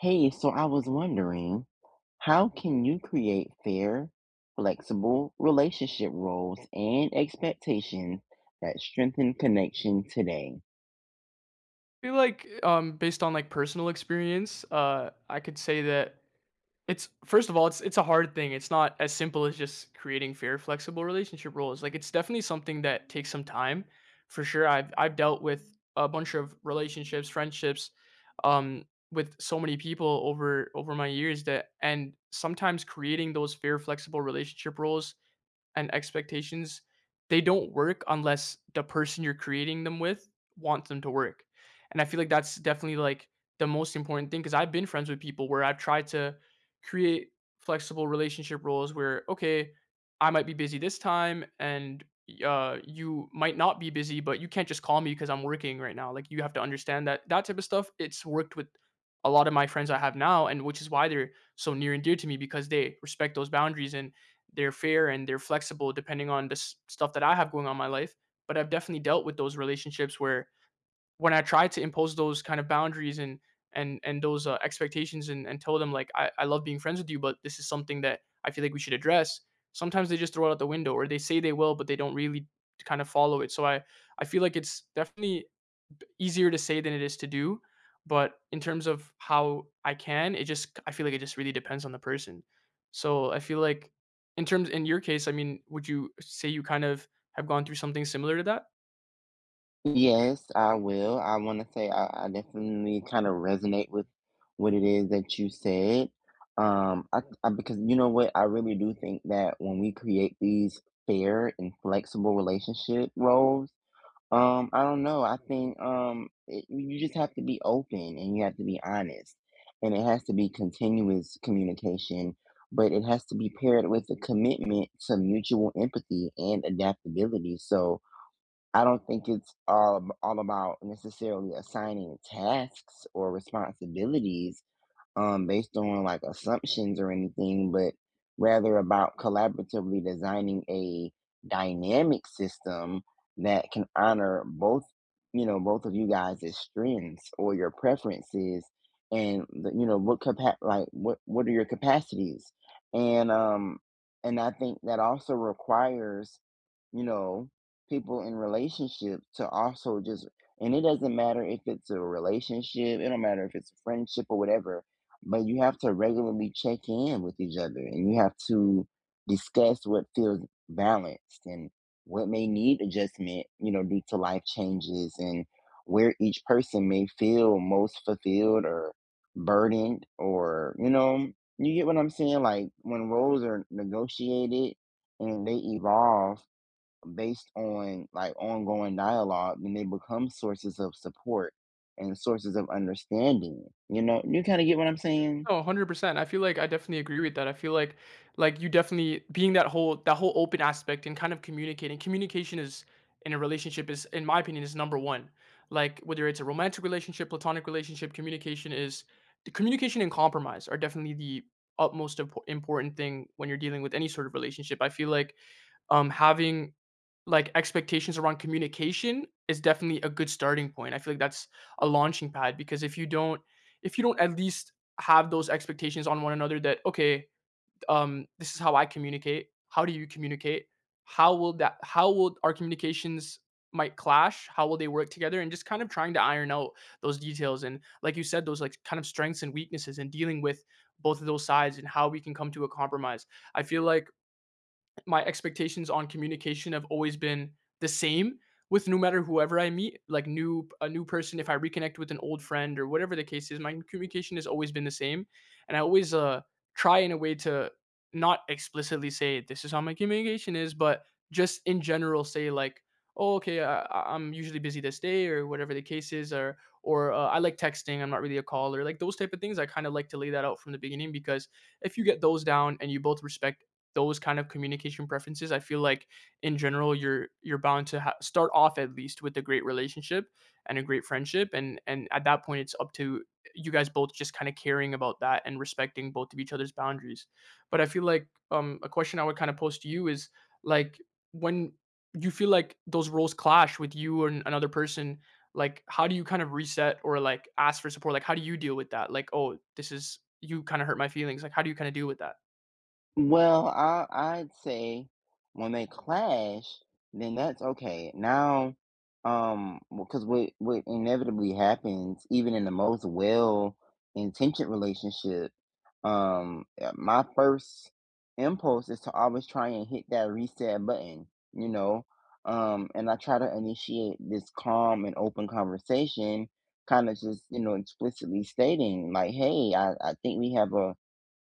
Hey, so I was wondering, how can you create fair, flexible relationship roles and expectations that strengthen connection today? Based on like personal experience, I could say that it's first of all, it's a hard thing. It's not as simple as just creating fair, flexible relationship roles. Like it's definitely something that takes some time, for sure. I've dealt with a bunch of relationships, friendships, um, with so many people over my years that, and sometimes creating those fair, flexible relationship roles and expectations, they don't work unless the person you're creating them with wants them to work. And I feel like that's definitely like the most important thing because I've been friends with people where I've tried to create flexible relationship roles where, okay, I might be busy this time and you might not be busy, but you can't just call me because I'm working right now. Like you have to understand that that type of stuff. It's worked with a lot of my friends I have now, and which is why they're so near and dear to me because they respect those boundaries and they're fair and they're flexible depending on the stuff that I have going on in my life. But I've definitely dealt with those relationships where when I try to impose those kind of boundaries and and those expectations and tell them like I love being friends with you, but this is something that I feel like we should address. Sometimes they just throw it out the window or they say they will, but they don't really kind of follow it. So I feel like it's definitely easier to say than it is to do, but in terms of how I can, it just, I feel like it just really depends on the person. So I feel like, in terms, in your case, I mean, would you say you kind of have gone through something similar to that? Yes, I will. I want to say I definitely kind of resonate with what it is that you said. Because you know what, I really do think that when we create these fair and flexible relationship roles, I don't know. I think you just have to be open and you have to be honest, and it has to be continuous communication, but it has to be paired with a commitment to mutual empathy and adaptability. So I don't think it's all about necessarily assigning tasks or responsibilities based on like assumptions or anything, but rather about collaboratively designing a dynamic system that can honor both, you know, both of you guys' strengths or your preferences and the, you know like what are your capacities and um and I think that also requires you know, people in relationships to also just and it doesn't matter if it's a relationship, it don't matter if it's a friendship or whatever, but you have to regularly check in with each other and you have to discuss what feels balanced and what may need adjustment, you know, due to life changes and where each person may feel most fulfilled or burdened or, you know, you get what I'm saying? Like when roles are negotiated and they evolve based on like ongoing dialogue, then they become sources of support and sources of understanding. You know, you kind of get what I'm saying? No, 100%. I feel like I definitely agree with that. I feel like you definitely being that whole open aspect and kind of communicating. Communication is, in a relationship, is, in my opinion, is number one. Like whether it's a romantic relationship, platonic relationship, communication is the communication and compromise are definitely the utmost important thing when you're dealing with any sort of relationship. I feel like having, like, expectations around communication is definitely a good starting point. I feel like that's a launching pad because if you don't at least have those expectations on one another that, "Okay, this is how I communicate. How do you communicate? How will our communications might clash? How will they work together?" And just kind of trying to iron out those details and, like you said, those, like, kind of strengths and weaknesses and dealing with both of those sides and how we can come to a compromise. I feel like my expectations on communication have always been the same with, no matter whoever I meet, like new a new person, if I reconnect with an old friend or whatever the case is, my communication has always been the same, and I always try in a way to not explicitly say this is how my communication is, but just in general say like, oh okay, I'm usually busy this day or whatever the case is, or I like texting, I'm not really a caller, like those type of things. I kind of like to lay that out from the beginning because if you get those down and you both respect those kind of communication preferences, I feel like in general you're bound to start off at least with a great relationship and a great friendship, and at that point it's up to you guys both just kind of caring about that and respecting both of each other's boundaries. But I feel like a question I would kind of pose to you is, like, when you feel like those roles clash with you and another person, like how do you kind of reset or like ask for support? Like how do you deal with that? Like, oh this is, you kind of hurt my feelings, like how do you kind of deal with that? Well, I'd say when they clash, then that's okay. Now, because what inevitably happens, even in the most well-intentioned relationship, my first impulse is to always try and hit that reset button, you know, and I try to initiate this calm and open conversation, kind of just, you know, explicitly stating like, "Hey, I think we have a."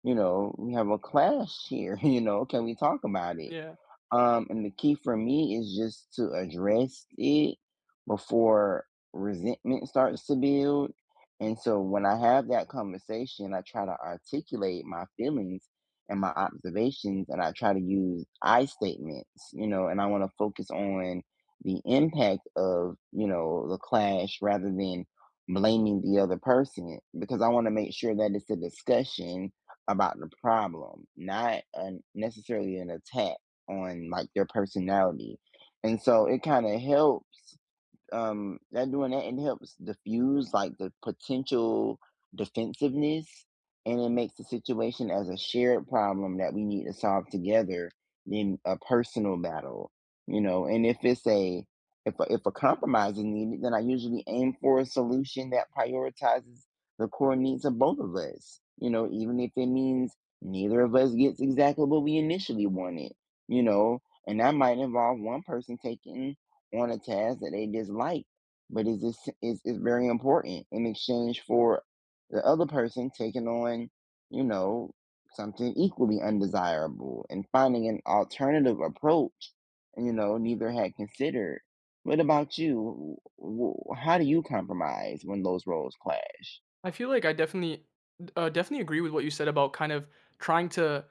You know, we have a clash here, you know, can we talk about it? Yeah, And the key for me is just to address it before resentment starts to build. And so when I have that conversation, I try to articulate my feelings and my observations, and I try to use I statements, you know, and I want to focus on the impact of, you know, the clash rather than blaming the other person because I want to make sure that it's a discussion about the problem, not a, necessarily an attack on like their personality. And so it kind of helps that doing that it helps diffuse like the potential defensiveness and it makes the situation as a shared problem that we need to solve together than a personal battle you know and if a compromise is needed then I usually aim for a solution that prioritizes the core needs of both of us, you know, even if it means neither of us gets exactly what we initially wanted, you know, and that might involve one person taking on a task that they dislike, but is this is very important in exchange for the other person taking on, you know, something equally undesirable and finding an alternative approach, you know, neither had considered. What about you? How do you compromise when those roles clash? I feel like I definitely definitely agree with what you said about kind of trying to,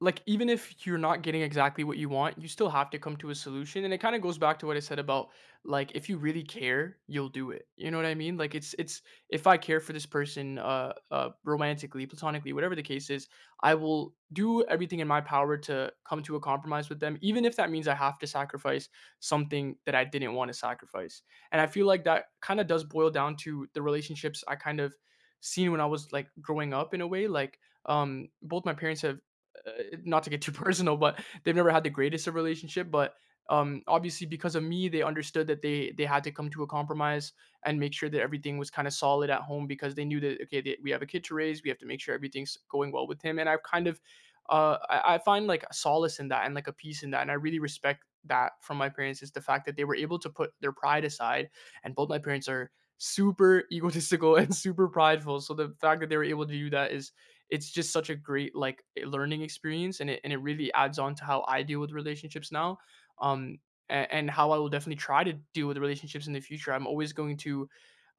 like, even if you're not getting exactly what you want, you still have to come to a solution, and it kind of goes back to what I said about, like, if you really care, you'll do it. You know what I mean? Like it's if I care for this person romantically, platonically, whatever the case is, I will do everything in my power to come to a compromise with them even if that means I have to sacrifice something that I didn't want to sacrifice. And I feel like that kind of does boil down to the relationships I kind of seen when I was like growing up in a way. Both my parents have, not to get too personal, but they've never had the greatest of relationship. But obviously, because of me, they understood that they had to come to a compromise and make sure that everything was kind of solid at home because they knew that okay, we have a kid to raise, we have to make sure everything's going well with him. And I've kind of, I find like solace in that and like a peace in that, and I really respect that from my parents is the fact that they were able to put their pride aside, and both my parents are super egotistical and super prideful. So the fact that they were able to do that is, it's just such a great like learning experience, and it really adds on to how I deal with relationships now. Um and how I will definitely try to deal with relationships in the future. I'm always going to,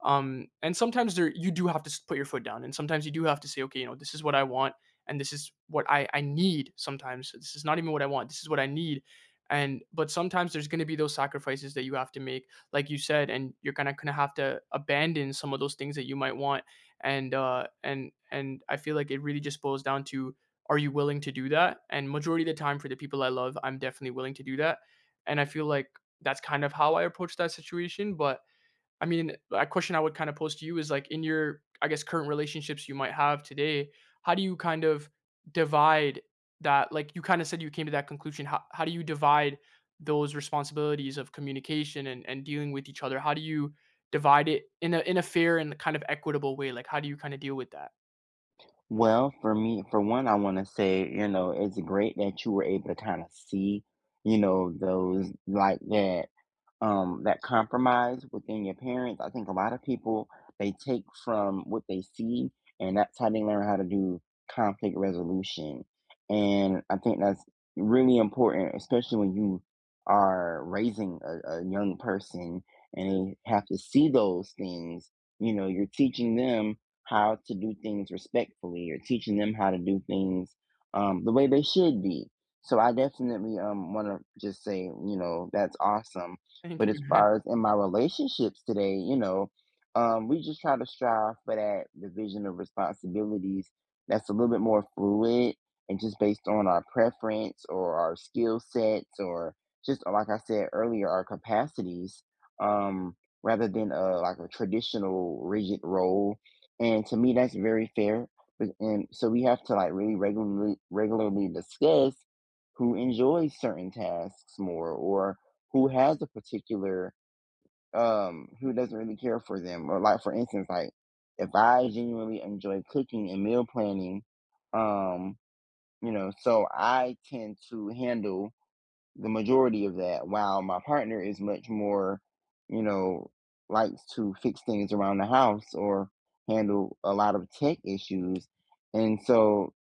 and sometimes there you do have to put your foot down, and sometimes you do have to say okay, you know, this is what I want, and this is what I need. Sometimes this is not even what I want, this is what I need. And but sometimes there's going to be those sacrifices that you have to make, like you said, and you're kind of gonna have to abandon some of those things that you might want. And and I feel like it really just boils down to, are you willing to do that? And majority of the time for the people I love, I'm definitely willing to do that. And I feel like that's kind of how I approach that situation. But I mean, a question I would kind of pose to you is, like, in your, I guess, current relationships you might have today, how do you kind of divide that? Like you kind of said you came to that conclusion. How do you divide those responsibilities of communication and dealing with each other? How do you divide it in a fair and kind of equitable way? Like how do you kind of deal with that? Well, for me, for one, I want to say, you know, it's great that you were able to kind of see, you know, those like that that compromise within your parents. I think a lot of people they take from what they see, and that's how they learn how to do conflict resolution. And I think that's really important, especially when you are raising a young person and they have to see those things. You know, you're teaching them how to do things respectfully. You're teaching them how to do things the way they should be. So I definitely want to just say, you know, that's awesome, Thank but as you. far as in my relationships today, you know, we just try to strive for that division of responsibilities that's a little bit more fluid and just based on our preference or our skill sets or just like I said earlier, our capacities, um, rather than a traditional rigid role. And to me, that's very fair. And so we have to like really regularly discuss who enjoys certain tasks more or who has a particular who doesn't really care for them, or like for instance, like if I genuinely enjoy cooking and meal planning, um you know, so I tend to handle the majority of that, while my partner is much more, you know, likes to fix things around the house or handle a lot of tech issues, and so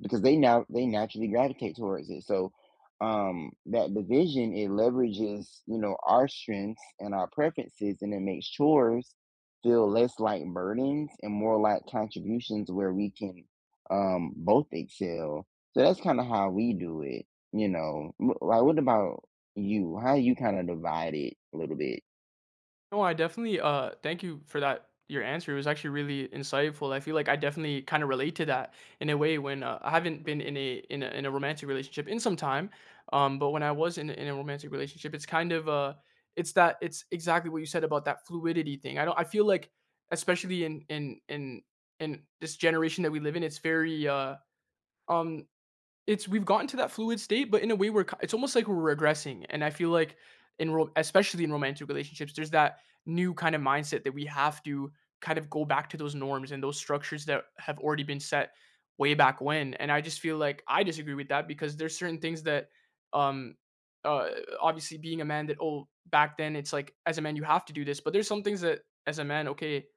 because they now they naturally gravitate towards it. So that division, it leverages, you know, our strengths and our preferences, and it makes chores feel less like burdens and more like contributions where we can both excel. So that's kind of how we do it, you know. Like what about you? How you kind of divide it a little bit? No, I definitely thank you for that, your answer. It was actually really insightful. I feel like I definitely kind of relate to that in a way when I haven't been in a in a in a romantic relationship in some time. But when I was in in a romantic relationship, it's kind of it's that it's exactly what you said about that fluidity thing. I don't I feel like, especially in this generation that we live in, it's very um it's, we've gotten to that fluid state, but in a way we're ki it's almost like we're regressing, and I feel like in ro especially in romantic relationships, there's that new kind of mindset that we have to kind of go back to those norms and those structures that have already been set way back when, and I just feel like I disagree with that because there's certain things that, um, uh, obviously being a man that, "Oh, back then it's like, as a man, you have to do this," but there's some things that as a man, okay,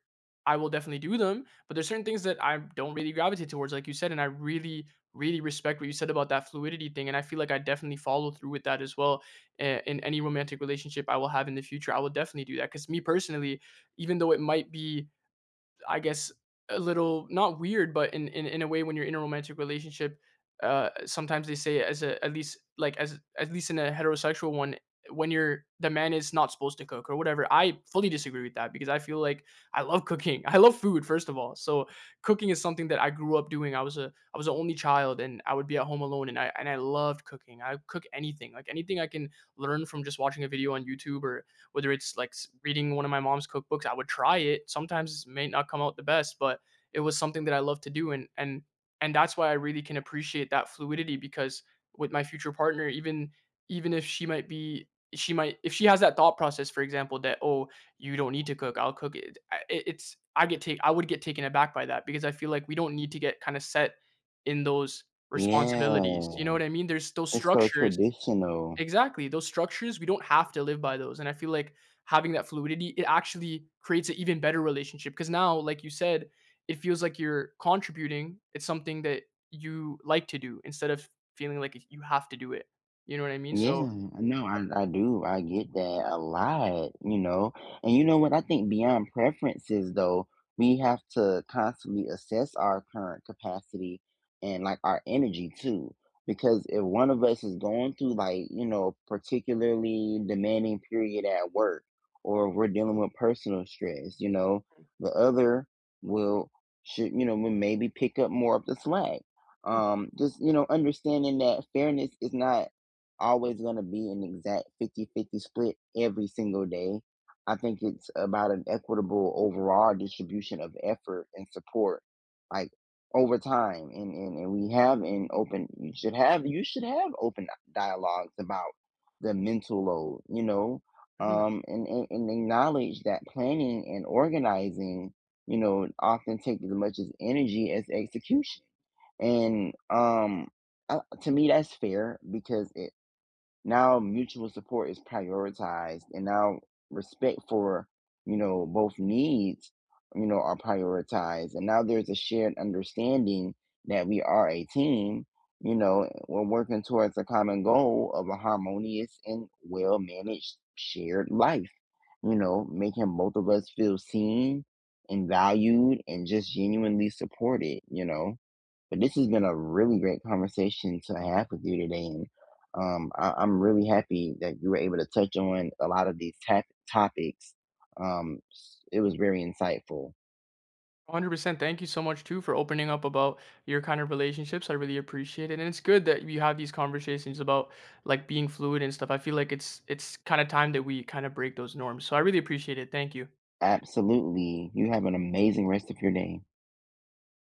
I will definitely do them, but there's certain things that I don't really gravitate towards, like you said, and I really respect what you said about that fluidity thing, and I feel like I definitely follow through with that as well. In any romantic relationship I will have in the future, I will definitely do that. Because me personally, even though it might be, I guess, a little not weird, but in a way when you're in a romantic relationship, sometimes they say as a at least like as at least in a heterosexual one, when you're the man is not supposed to cook or whatever. I fully disagree with that because I feel like I love cooking. I love food, first of all. So cooking is something that I grew up doing. I was the only child and I would be at home alone, and I loved cooking. I cook anything, like anything I can learn from just watching a video on YouTube, or whether it's like reading one of my mom's cookbooks, I would try it. Sometimes it may not come out the best, but it was something that I love to do, and that's why I really can appreciate that fluidity because with my future partner, even if she might be, she might if she has that thought process for example that, oh you don't need to cook, I'll cook it. It's, I would get taken aback by that because I feel like we don't need to get kind of set in those responsibilities, you know Yeah. what I mean? There's those It's so structures. traditional. Exactly, those structures, we don't have to live by those, and I feel like having that fluidity, it actually creates an even better relationship. Because now, like you said, it feels like you're contributing, it's something that you like to do instead of feeling like you have to do it, you know what I mean? Yeah, So no, I do. I get that a lot, you know. And you know what? I think beyond preferences, though, we have to constantly assess our current capacity and like our energy too. Because if one of us is going through like, you know, particularly demanding period at work, or we're dealing with personal stress, you know, the other will should, you know, will maybe pick up more of the slack. Mhm, Just, you know, understanding that fairness is not always going to be an exact 50/50 split every single day. I think it's about an equitable overall distribution of effort and support, like over time. And we have an open, you should have open dialogues about the mental load, you know, mhm, and acknowledge that planning and organizing, you know, often take as much as energy as execution. And, um, to me that's fair because it now mutual support is prioritized, and now respect for, you know, both needs, you know, are prioritized, and now there's a shared understanding that we are a team, you know, we're working towards a common goal of a harmonious and well managed shared life, you know, making both of us feel seen and valued and just genuinely supported, you know. But this has been a really great conversation to have with you today, and I'm really happy that you were able to touch on a lot of these tap topics. It was very insightful. 100%, thank you so much too for opening up about your kind of relationships, I really appreciate it, and it's good that you have these conversations about, like, being fluid and stuff, I feel like it's kinda time that we kinda break those norms, so I really appreciate it, thank you. Absolutely. You have an amazing rest of your day.